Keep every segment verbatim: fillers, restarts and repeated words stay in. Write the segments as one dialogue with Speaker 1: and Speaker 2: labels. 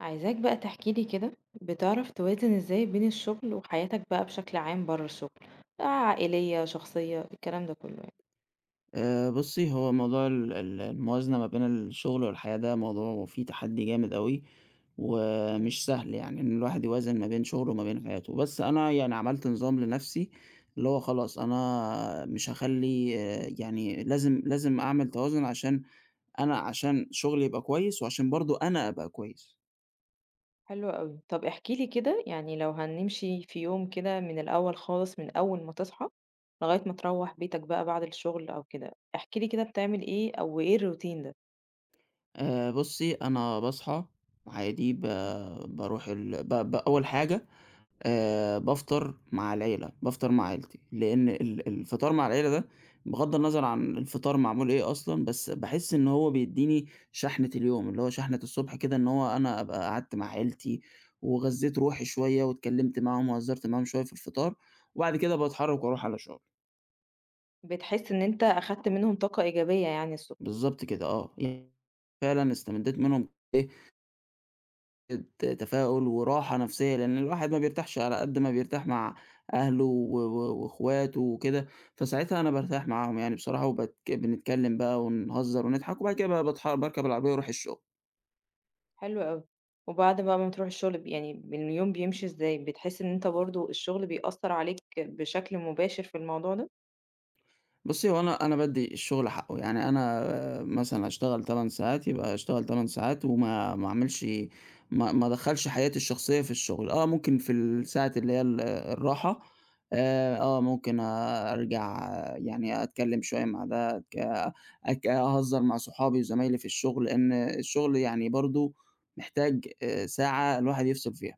Speaker 1: عايزاك بقى تحكي لي كده. بتعرف توازن ازاي بين الشغل وحياتك بقى بشكل عام بره الشغل؟ آه، عائلية شخصية الكلام ده كله يعني.
Speaker 2: آآ بُصّي، هو موضوع ال ال الموازنة ما بين الشغل والحياة ده موضوع فيه تحدي جامد أوي،
Speaker 1: مم.
Speaker 2: ومش سهل يعني إن الواحد يوازن ما بين شغله وما بين حياته، بس أنا يعني عملت نظام لنفسي، اللي هو خلاص أنا مش هاخلّي يعني لازم لازم أعمل توازن عشان أنا عشان شغلي يبقى كويس، وعشان برضه أنا أبقى كويس.
Speaker 1: حلو قوي. طب احكي لي كده، يعني لو هنمشي في يوم كده من الأول خالص من أول ما تصحى لغاية ما تروح بيتك بقى بعد الشغل أو كده، احكي لي كده بتعمل ايه أو ايه الروتين ده.
Speaker 2: آآ بُصّي، أنا باصحى عادي ب باروح ال ب ب أول حاجة آآ بافطر مع العيلة، بافطر مع عيلتي، لإن ال الفطار مع العيلة ده بغض النظر عن الفطار معمول إيه أصلًا، بس باحس إن هو بيدّيني شحنة اليوم، اللي هو شحنة الصبح كده إن هو أنا أبقى قعدت مع عيلتي، وغذّيت روحي شوية واتكلّمت معاهم وهزّرت معاهم شوية في الفطار، وبعد كده باتحرّك وأروح على شغلي.
Speaker 1: بتحس ان انت أخدت منهم طاقة إيجابية يعني.
Speaker 2: بالضبط كده، آه، يعني فعلًا استمدّيت منهم ت تفاؤل وراحة نفسية، لإن الواحد ما بيرتاحش على قد ما بيرتاح مع أهله و و وأخواته وكده، فساعتها أنا بارتاح معاهم يعني بصراحة وباتك بنتكلم بقى ونهزر ونضحك، وبعد كده بقى باتح باركب العربية وأروح الشغل.
Speaker 1: حلو أوي. وبعد بقى ما تروح الشغل ب يعني ب اليوم بيمشي إزاي؟ بتحس إن أنت برضه الشغل بيأثّر عليك بشكل مباشر في الموضوع ده؟
Speaker 2: بُصّي، هو أنا أنا بادّي الشغل حقّه، يعني أنا مثلًا هاشتغل ثماني ساعات، يبقى أشتغل ثماني ساعات وما ما أعملش ما ما أدخّلش حياتي الشخصية في الشغل. آه، ممكن في الساعة اللي هي ال الراحة، آآ، آه، ممكن أرجع يعني أتكلّم شوية مع ده، أتك أك أهزّر مع صحابي وزمايلي في الشغل، لإن الشغل يعني برضه محتاج آآ، ساعة الواحد يفصل فيها.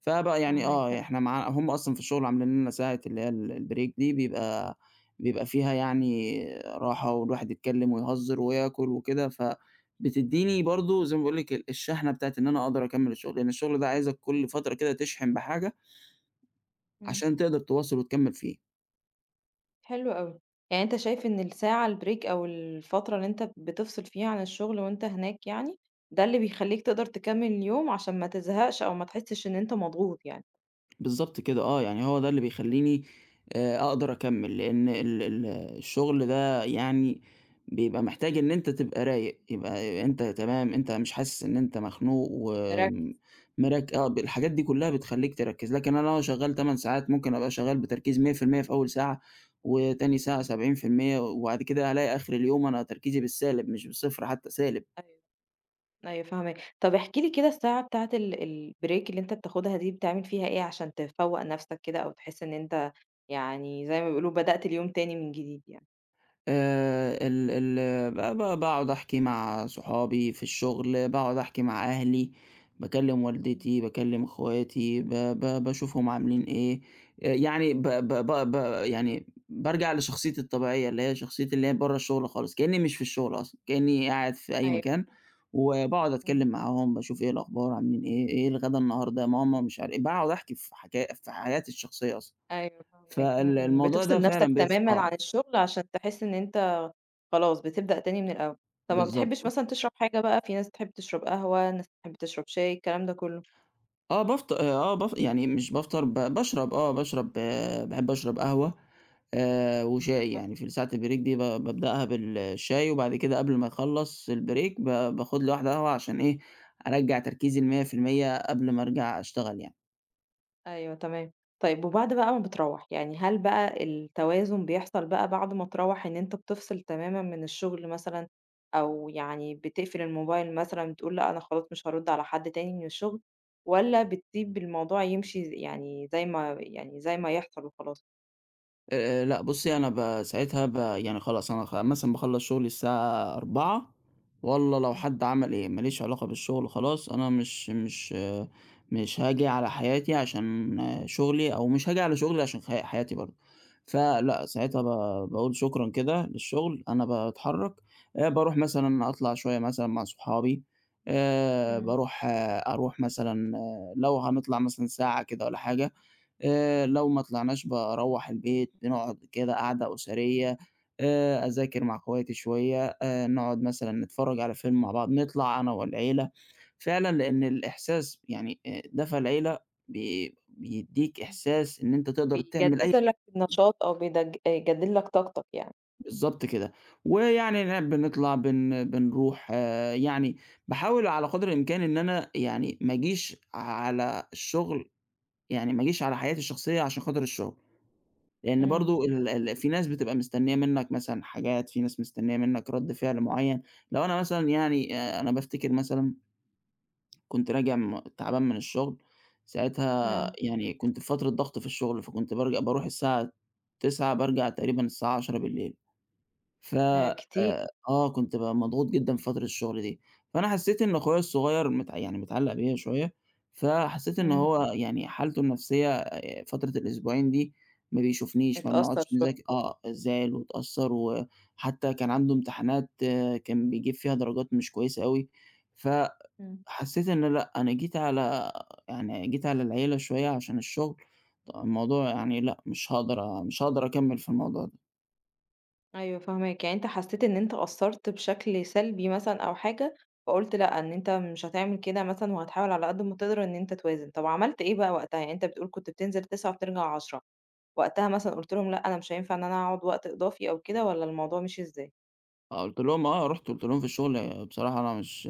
Speaker 2: فبقى يعني آه، يعني
Speaker 1: فاهماك.
Speaker 2: إحنا مع هم أصلًا في الشغل عاملين لنا ساعة اللي هي ال البريك دي بيبقى بيبقى فيها يعني راحة والواحد يتكلّم ويهزّر وياكل وكده، فبتدّيني برضه زي ما باقول لِك ال الشحنة بتاعة إن أنا أقدر أكمّل الشغل، لإن الشغل ده عايزك كل فترة كده تشحن بحاجة
Speaker 1: إمم.
Speaker 2: عشان تقدر تواصل وتكمّل فيه.
Speaker 1: حلو أوي. يعني أنت شايف إن الساعة الbreak أو الفترة اللي أنت بتفصل فيها عن الشغل وأنت هناك يعني، ده اللي بيخلّيك تقدر تكمّل اليوم عشان ما تزهقش أو ما تحسّش إن أنت مضغوط يعني.
Speaker 2: بالضبط كده، آه، يعني هو ده اللي بيخلّيني آآ أقدر أكمّل، لإن ال ال الشغل ده يعني بيبقى محتاج إن أنت تبقى رايق، يبقى أنت تمام، أنت مش حاسس إن أنت مخنوق
Speaker 1: مركّز.
Speaker 2: ومرك آه، ب الحاجات دي كلّها بتخلّيك تركّز، لكن أنا لو شغّال تمن ساعات ممكن أبقى شغّال بتركيز مية في المية في المية في أول ساعة، وتاني ساعة
Speaker 1: إمم.
Speaker 2: سبعين في المية، وبعد كده ألاقي آخر اليوم أنا تركيزي بالسالب، مش بالصفر حتى، سالب.
Speaker 1: أيوه. أيوه فاهماك. طب احكِ لي كده الساعة بتاعة ال البريك اللي أنت بتاخدها دي بتعمل فيها إيه عشان تفوّق نفسك كده أو تحس إن أنت يعني زي ما بيقولوا بدأت اليوم تاني من جديد يعني؟
Speaker 2: آآ ال ال ب ب باقعد أحكي مع صحابي في الشغل، باقعد أحكي مع أهلي، باكلّم
Speaker 1: إمم.
Speaker 2: والدتي، باكلّم اخواتي، ب ب باشوفهم عاملين إيه. آآ يعني ب ب ب ب يعني بارجع لشخصيتي الطبيعية، اللي هي شخصيتي اللي هي برّه الشغل خالص، كإنّي مش في الشغل أصلًا، كإنّي قاعد في أي
Speaker 1: أيوه،
Speaker 2: مكان، وباقعد
Speaker 1: إمم،
Speaker 2: أتكلّم معاهم، باشوف إيه الأخبار، عاملين إيه، إيه الغدا النهارده يا ماما، مش عار باقعد أحكي في حكا في حياتي الشخصية أصلًا،
Speaker 1: أيوه فاهماك، إمم،
Speaker 2: فال
Speaker 1: إمم.
Speaker 2: الموضوع ده
Speaker 1: بتفصل نفسك
Speaker 2: فعلًا بيفس
Speaker 1: تمامًا
Speaker 2: آه،
Speaker 1: عن الشغل عشان تحس إن أنت خلاص بتبدأ تاني من الأول. طب ما
Speaker 2: بالضبط.
Speaker 1: بتحبش مثلًا تشرب حاجة بقى؟ في ناس بتحب تشرب قهوة، ناس بتحب تشرب شاي، الكلام ده كله؟
Speaker 2: آه بافط آه باف يعني مش بافطر، ب باشرب آه باشرب، باحب أشرب قهوة آآ وشاي، يعني في ساعة البريك دي ب بابدأها بالشاي، وبعد كده قبل ما أخلّص البريك ب باخد لي واحدة قهوة عشان إيه، أرجّع تركيزي ل100% قبل ما أرجع أشتغل يعني.
Speaker 1: أيوه تمام. طيب وبعد بقى ما بتروّح، يعني هل بقى التوازن بيحصل بقى بعد ما تروّح إن أنت بتفصل تمامًا من الشغل مثلًا، أو يعني بتقفل الموبايل مثلًا بتقول لأ أنا خلاص مش هارُد على حد تاني من الشغل، والّا بتسيب الموضوع يمشي ز يعني زي ما يعني زي ما يحصل وخلاص؟
Speaker 2: آآ، لأ بُصّي، أنا ب ساعتها ب يعني خلاص أنا خ مثلًا باخلّص شغلي الساعة أربعة، والله لو
Speaker 1: إمم،
Speaker 2: حد عمل إيه، ما ليش علاقة بالشغل خلاص، أنا مش مش مش هاجي على حياتي عشان شغلي، أو مش هاجي على شغلي عشان خ حياتي برضه. فلأ، ساعتها ب باقول شكرًا كده للشغل، أنا باتحرّك، آآ، باروح مثلًا أطلع شوية مثلًا مع صحابي، آآ،
Speaker 1: إمم،
Speaker 2: باروح أروح مثلًا، آه، لو هنطلع مثلًا ساعة كده والّا حاجة، آآ لو ما طلعناش باروّح البيت، بنقعد كده قعدة أسرية، آآ أذاكر مع اخواتي شوية، آآ نقعد مثلًا نتفرّج على فيلم مع بعض، نطلع أنا والعيلة، فعلًا لإن الإحساس يعني آآ دفى العيلة بي بيدّيك
Speaker 1: إمم.
Speaker 2: إحساس إن أنت تقدر تعمل أي،
Speaker 1: بيجدد لك النشاط أو بيدج آه، يجدد لك طاقتك يعني.
Speaker 2: بالضبط كده. ويعني ن بنطلع بن بنروح، آه، يعني باحاول على قدر الإمكان إن أنا يعني ما أجيش على الشغل، يعني ما أجيش على حياتي الشخصية عشان خاطر الشغل. لإن
Speaker 1: إمم،
Speaker 2: برضه ال ال في ناس بتبقى مستنية منّك مثلًا حاجات، في ناس مستنية منّك رَد فعل معيّن. لو أنا مثلًا يعني آآ أنا بافتكر مثلًا كنت راجع م تعبان من الشغل، ساعتها
Speaker 1: آه.
Speaker 2: يعني كنت في فترة ضغط في الشغل، فكنت بارج باروح الساعة تسعة، بارجع تقريبًا الساعة عشرة. ف
Speaker 1: آه
Speaker 2: آآ
Speaker 1: كتير،
Speaker 2: آه، كنت بابقى مضغوط جدًا في فترة الشغل دي، فأنا حسّيت إن أخويا الصغير متع يعني متعلّق بيّا شوية، فحسّيت إن
Speaker 1: إمم.
Speaker 2: هو يعني حالته النفسية آآ فترة الأسبوعين دي ما بيشوفنيش، ما
Speaker 1: اتأثر
Speaker 2: بنقعدش نذاك
Speaker 1: شوية.
Speaker 2: آه، زعل واتأثّر وحتى كان عنده امتحانات كان بيجيب فيها درجات مش كويسة أوي،
Speaker 1: إمم.
Speaker 2: فحسّيت إن لأ، أنا جيت على يعني جيت على العيلة شوية عشان الشغل، الموضوع يعني لأ، مش هاقدر مش هاقدر أكمّل في الموضوع ده.
Speaker 1: أيوه فاهماك، يعني أنت حسّيت إن أنت قصّرت بشكل سلبي مثلًا أو حاجة، فقُلت لأ، إن أنت مش هتعمل كده مثلًا وهتحاول على قد ما تقدر إن أنت توازن. طب عملت إيه بقى وقتها؟ يعني أنت بتقول كنت بتنزل تسعة وبترجع عشرة. وقتها مثلًا قُلت لهم لأ، أنا مش هينفع إن أنا أقعد وقت إضافي أو كده والّا الموضوع مشي إزاي؟
Speaker 2: آه، قُلت لهم آه، رُحت قُلت لهم في الشغل بصراحة أنا مش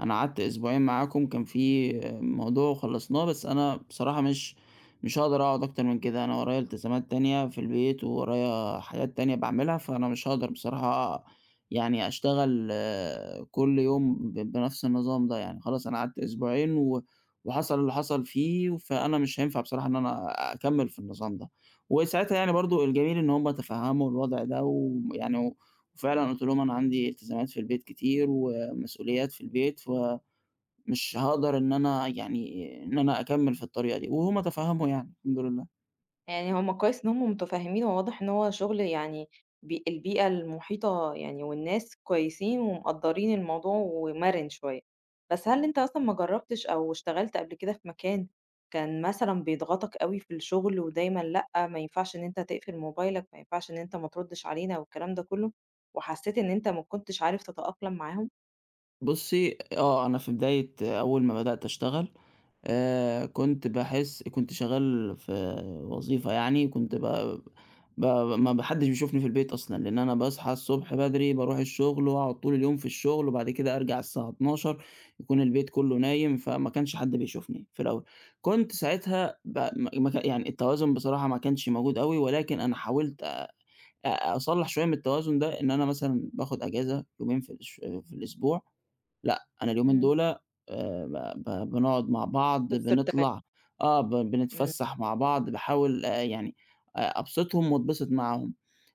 Speaker 2: أنا قعدت أسبوعين معاكم كان في موضوع وخلّصناه، بس أنا بصراحة مش مش هاقدر أقعد أكتر من كده، أنا ورايا التزامات تانية في البيت، وورايا حاجات تانية باعملها، فأنا مش هاقدر بصراحة يعني أشتغل، آه، كل يوم ب بنفْس النظام ده يعني، خلاص أنا قعدت أسبوعين و وحصل اللي حصل فيه، فأنا مش هينفع بصراحة إن أنا أكمّل في النظام ده، وساعتها يعني برضه الجميل إن هُم تفهّموا الوضع ده ويعني وفعلًا قُلت لهم أنا عندي التزامات في البيت كتير ومسؤوليات في البيت، فمش هاقدر إن أنا يعني إن أنا أكمّل في الطريقة دي، وهُم تفهّموا يعني الحمد لله.
Speaker 1: يعني هُم كويس إن هُم متفهمين، هو واضح إن هو شغل يعني بي البيئة المحيطة يعني والناس كويسين ومقدّرين الموضوع ومَرِن شوية. بس هل أنت أصلًا ما جرّبتش أو اشتغلت قبل كده في مكان كان مثلًا بيضغطك أوي في الشغل ودايمًا لأ، ما ينفعش إن أنت تقفل موبايلك، ما ينفعش إن أنت ما تردش علينا والكلام ده كله، وحسيت إن أنت ما كنتش عارف تتأقلم معاهم؟
Speaker 2: بُصّي، آه، أنا في بداية أول ما بدأت أشتغل آآ كنت باحس كنت شغال في وظيفة، يعني كنت ب ب ما ب حدش بيشوفني في البيت أصلًا، لإن أنا باصحى الصبح بدري باروح الشغل واقعد طول اليوم في الشغل، وبعد كده أرجع الساعة اتناشر يكون البيت كله نايم، فما كانش حد بيشوفني في الأول. كنت ساعتها ب ما ما ك يعني التوازن بصراحة ما كانش موجود أوي، ولكن أنا حاولت أ أصلّح شوية من التوازن ده، إن أنا مثلًا باخد أجازة يومين في الش في الأسبوع. لأ، أنا اليومين
Speaker 1: إمم.
Speaker 2: دُول آآ ب ب بنقعد مع بعض،
Speaker 1: وتفصل تمامًا.
Speaker 2: بنطلع، آه، ب
Speaker 1: إمم.
Speaker 2: بنتفسّح مع بعض، باحاول آآ يعني أ أبسطهم واتبسط معاهم.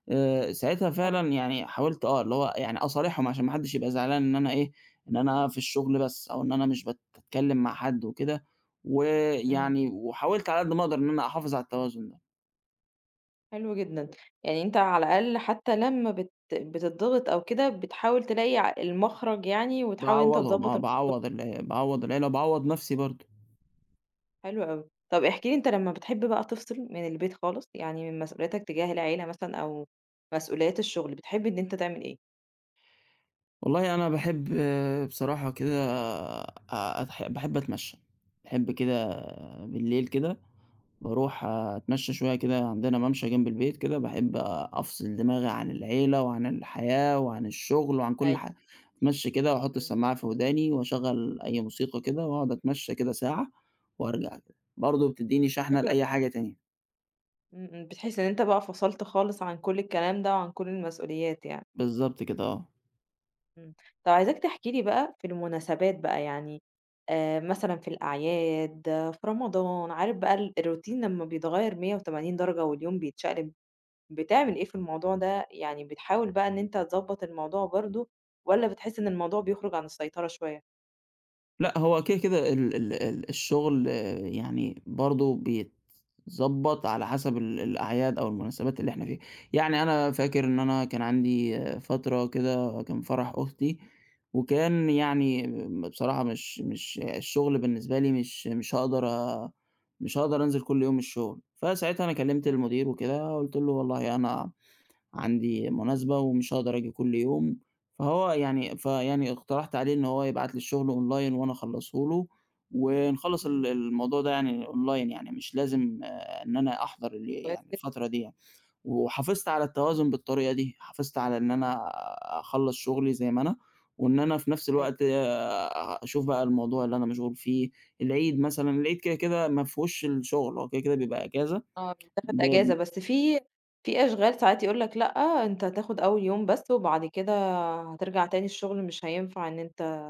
Speaker 2: آآ ساعتها
Speaker 1: حلو
Speaker 2: فعلًا
Speaker 1: جدًا.
Speaker 2: يعني حاولت، آه، اللي هو يعني أصارحهم عشان ما حدّش يبقى زعلان إن أنا إيه، إن أنا في الشغل بس أو إن أنا مش باتكلّم مع حد وكده،
Speaker 1: إمم.
Speaker 2: ويعني وحاولت على قد ما أقدر إن أنا أحافظ على التوازن ده،
Speaker 1: حلو جدًا. يعني أنت على الأقل حتى لمّا بت بتضغط أو كده بتحاول تلاقي ع المخرج يعني، وتحاول إن أنت
Speaker 2: باعوّضهم آه،
Speaker 1: تضبّط الموضوع
Speaker 2: باعوّض
Speaker 1: فيه.
Speaker 2: ال باعوّض العيلة وباعوّض نَفْسي برضه.
Speaker 1: حلو أوي. طب احكِ لي أنت لمّا بتحب بقى تفصل من البيت خالص، يعني من مسؤولياتك تجاه العيلة مثلًا أو مسؤوليات الشغل، بتحب إن أنت تعمل إيه؟
Speaker 2: والله أنا باحب بصراحة كده أ أتح باحب أتمشى، باحب كده بالليل كده باروح أتمشى شوية كده، عندنا ممشى جنب البيت كده، باحب أفصل دماغي عن العيلة وعن الحياة وعن الشغل وعن كل
Speaker 1: أيوه،
Speaker 2: حاجة، أتمشى كده وأحط
Speaker 1: إمم،
Speaker 2: السماعة في وداني وأشغّل أي موسيقى كده وأقعد أتمشى كده ساعة وأرجع كده، برضه بتدّيني شحنة
Speaker 1: حلو
Speaker 2: لأي
Speaker 1: أوي،
Speaker 2: حاجة تانية.
Speaker 1: إمم، إمم، بتحس إن أنت بقى فصلت خالص عن كل الكلام ده وعن كل المسؤوليات يعني.
Speaker 2: بالضبط كده، آه.
Speaker 1: إمم. طب عايزاك تحكي لي بقى في المناسبات بقى يعني آآ مثلًا في الأعياد، آه، في رمضان، عارف بقى ال الروتين لمّا بيتغيّر مية وتمانين درجة واليوم بيتشقلب، بتعمل إيه في الموضوع ده؟ يعني بتحاول بقى إن أنت تضبّط الموضوع برضه والّا بتحس إن الموضوع بيخرج عن السيطرة شوية؟
Speaker 2: لأ، هو كده كده ال ال ال الشغل يعني برضه بيتضبّط على حسب ال الأعياد أو المناسبات اللي إحنا فيها. يعني أنا فاكر إن أنا كان عندي فترة كده كان فرح أختي، وكان يعني بصراحة مش مش الشغل بالنسبة لي مش مش هاقدر أ مش هاقدر أنزل كل يوم الشغل، فساعتها أنا كلّمت
Speaker 1: إمم،
Speaker 2: المدير وكده قُلت له والله أنا عندي مناسبة ومش هاقدر آجي كل يوم، فهو يعني فيعني اقترحت عليه إن هو يبعت لي الشغل أونلاين وأنا أخلّصه له، ونخلّص
Speaker 1: إمم.
Speaker 2: ال الموضوع ده يعني أونلاين، يعني مش لازم، آه، إن أنا أحضر ال
Speaker 1: كويس
Speaker 2: يعني
Speaker 1: جدًا.
Speaker 2: الفترة دي يعني، وحافظت على التوازن بالطريقة دي، حافظت على إن أنا أخلّص شغلي زي ما أنا، وإن أنا في نفس
Speaker 1: أيوه.
Speaker 2: الوقت آآ أشوف بقى الموضوع اللي أنا مشغول فيه. العيد مثلًا، العيد كده كده ما فيهوش الشغل، هو كده كده بيبقى إجازة.
Speaker 1: آه، بتاخد
Speaker 2: ب
Speaker 1: إجازة، بس في في أشغال ساعات يقول لك لأ، أنت هتاخد أول يوم بس وبعد كده هترجع تاني الشغل مش هينفع إن أنت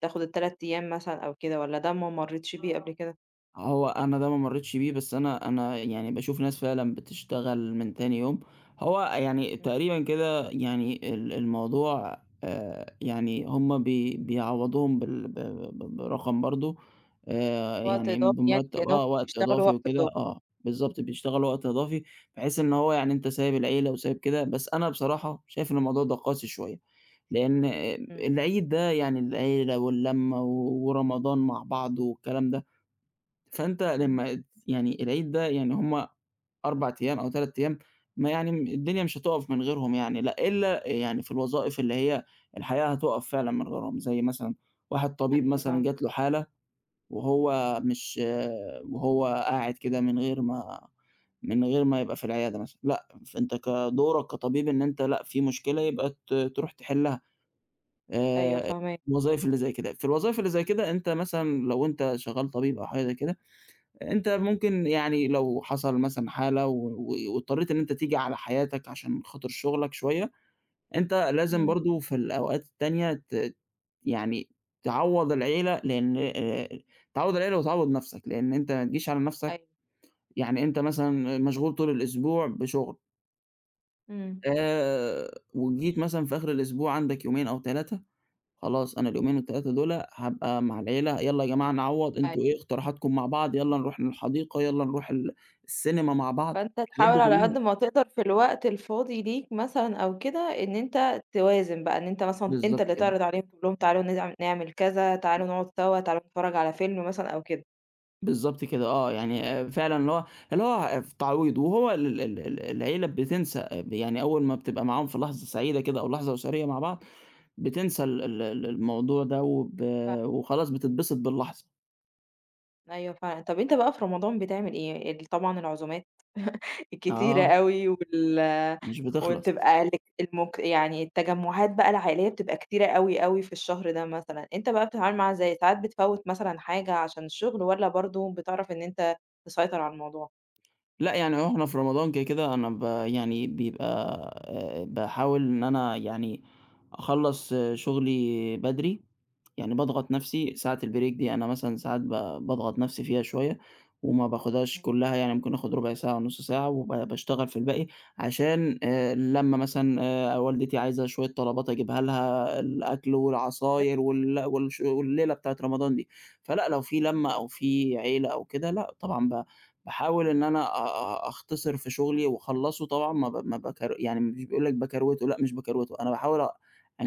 Speaker 1: تاخد التلات أيام مثلًا أو كده، والّا ده ما مرّيتش بيه قبل آه، كده؟
Speaker 2: هو أنا ده ما مرّيتش بيه، بس أنا أنا يعني باشوف ناس فعلًا بتشتغل من تاني يوم، هو يعني
Speaker 1: إمم.
Speaker 2: تقريبًا كده يعني ال الموضوع، آآ، يعني هُم بي بيعوّضوهم بال ب ب برقم برضه، آآ،
Speaker 1: وقت
Speaker 2: يعني
Speaker 1: إضافي يعني
Speaker 2: بمرتّب،
Speaker 1: كأنهم
Speaker 2: آه، وقت
Speaker 1: بيشتغلوا
Speaker 2: إضافي
Speaker 1: وقت
Speaker 2: وكده،
Speaker 1: إضافي.
Speaker 2: آه، بالضبط بيشتغلوا وقت إضافي، بحيث إن هو يعني أنت سايب العيلة وسايب كده، بس أنا بصراحة شايف إن الموضوع ده قاسي شوية، لإن آآ،
Speaker 1: إمم.
Speaker 2: العيد ده يعني العيلة واللمّة و ورمضان مع بعض والكلام ده. فأنت
Speaker 1: إمم.
Speaker 2: لمّا يعني العيد ده يعني هم أربعة أيام أو تلاتة أيام، ما يعني م الدنيا مش هتُقف من غيرهم يعني، لأ إلا يعني في الوظائف اللي هي الحقيقة هتُقف فعلًا من غيرهم، زي مثلًا واحد طبيب
Speaker 1: أيوه
Speaker 2: مثلًا
Speaker 1: فاهمة.
Speaker 2: جات له حالة وهو مش وهو قاعد كده من غير ما من غير ما يبقى في العيادة مثلًا، لأ فأنت
Speaker 1: إمم.
Speaker 2: كدورك كطبيب إن أنت لأ في مشكلة يبقى ت تروح تحلها.
Speaker 1: أيوه
Speaker 2: آآ
Speaker 1: فاهماك.
Speaker 2: الوظايف اللي زي كده، في الوظايف اللي زي كده أنت مثلًا لو أنت شغال طبيب أو حاجة زي كده أنت ممكن يعني لو حصل مثلًا حالة و و واضطريت إن أنت تيجي على حياتك عشان خاطر شغلك شوية، أنت لازم
Speaker 1: إمم.
Speaker 2: برضه في الأوقات التانية ت يعني تعوّض العيلة، لإن آآ تعوّض العيلة وتعوّض نَفْسك، لإن أنت ما تجيش على نَفْسك.
Speaker 1: أيوه.
Speaker 2: يعني أنت مثلًا مشغول طول الأسبوع بشغل،
Speaker 1: إمم.
Speaker 2: آآ وجيت مثلًا في آخر الأسبوع عندك يومين أو تلاتة، خلاص أنا اليومين التلاتة دول هابقى مع العيلة، يالّا يا جماعة نعوّض، أنتم
Speaker 1: أيوه.
Speaker 2: إيه اقتراحاتكم مع بعض، يالّا نروح الحديقة، يالّا نروح ال السينما مع بعض،
Speaker 1: فأنت
Speaker 2: الحاجات دي
Speaker 1: تحاول على
Speaker 2: كلّها،
Speaker 1: قد ما تقدر في الوقت الفاضي ليك مثلًا أو كده إن أنت توازن بقى، إن أنت مثلًا أنت
Speaker 2: بالضبط
Speaker 1: اللي
Speaker 2: كده،
Speaker 1: تعرض عليهم تقول لهم تعالوا نزع نعمل كذا، تعالوا نقعد سوا، تعالوا نتفرّج على فيلم مثلًا أو كده.
Speaker 2: بالضبط كده، آه، يعني آآ فعلًا اللي هو اللي هو في تعويض، وهو ال ال ال العيلة بتنسى، آآ يعني أول ما بتبقى معاهم في لحظة سعيدة كده أو لحظة أسرية مع بعض، بتنسى ال ال ال الموضوع ده وب
Speaker 1: فعلًا.
Speaker 2: وخلاص بتتبسط باللحظة.
Speaker 1: أيوه فعلًا. طب أنت بقى في رمضان بتعمل إيه؟ ال طبعًا العزومات كتيرة
Speaker 2: آه،
Speaker 1: أوي وال
Speaker 2: مش بتخلص.
Speaker 1: وبتبقى لك المك يعني التجمعات بقى العائلية بتبقى كتيرة أوي، أوي في الشهر ده مثلًا، أنت بقى بتتعامل معاها إزاي؟ ساعات بتفوّت مثلًا حاجة عشان الشغل والّا برضه بتعرف إن أنت تسيطر على الموضوع؟
Speaker 2: لأ، يعني هو إحنا في رمضان كده كده أنا ب يعني بيبقى آآ باحاول إن أنا يعني أخلّص، آه،
Speaker 1: إمم،
Speaker 2: شغلي بدري، يعني باضغط نفسي ساعة البريك دي أنا مثلًا ساعات ب باضغط نفسي فيها شوية، وما باخدهاش
Speaker 1: إمم.
Speaker 2: كلها يعني ممكن آخد ربع ساعة ونُص ساعة، وب باشتغل في الباقي عشان آآ لمّا مثلًا آآ والدتي عايزة شوية طلبات أجيبها لها، الأكل
Speaker 1: حلو.
Speaker 2: والعصاير وال والش والليلة بتاعة رمضان دي، فلأ لو في لمة
Speaker 1: طب
Speaker 2: أو في عيلة أو كده لأ طبعًا ب باحاول إن أنا أ أ أختصر في شغلي وأخلّصه، طبعًا ما ب ما باكر، يعني مش بيقول لك باكروِته، لأ مش باكروِته، أنا باحاول أ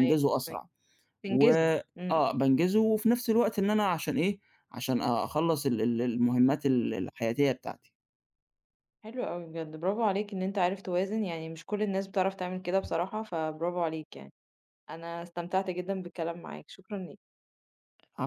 Speaker 1: أيوه فاهماك،
Speaker 2: أسرع. و
Speaker 1: تنجزه، إمم، إمم،
Speaker 2: آه، بانجزه وفي نفس الوقت إن أنا عشان إيه، عشان أخلّص ال ال المهمات ال الحياتية بتاعتي.
Speaker 1: حلو أوي بجد، برافو عليك إن أنت عارف توازن، يعني مش كل الناس بتعرف تعمل كده بصراحة، فبرافو عليك يعني، أنا استمتعت جدًا بالكلام معاك، شكرًا ليك.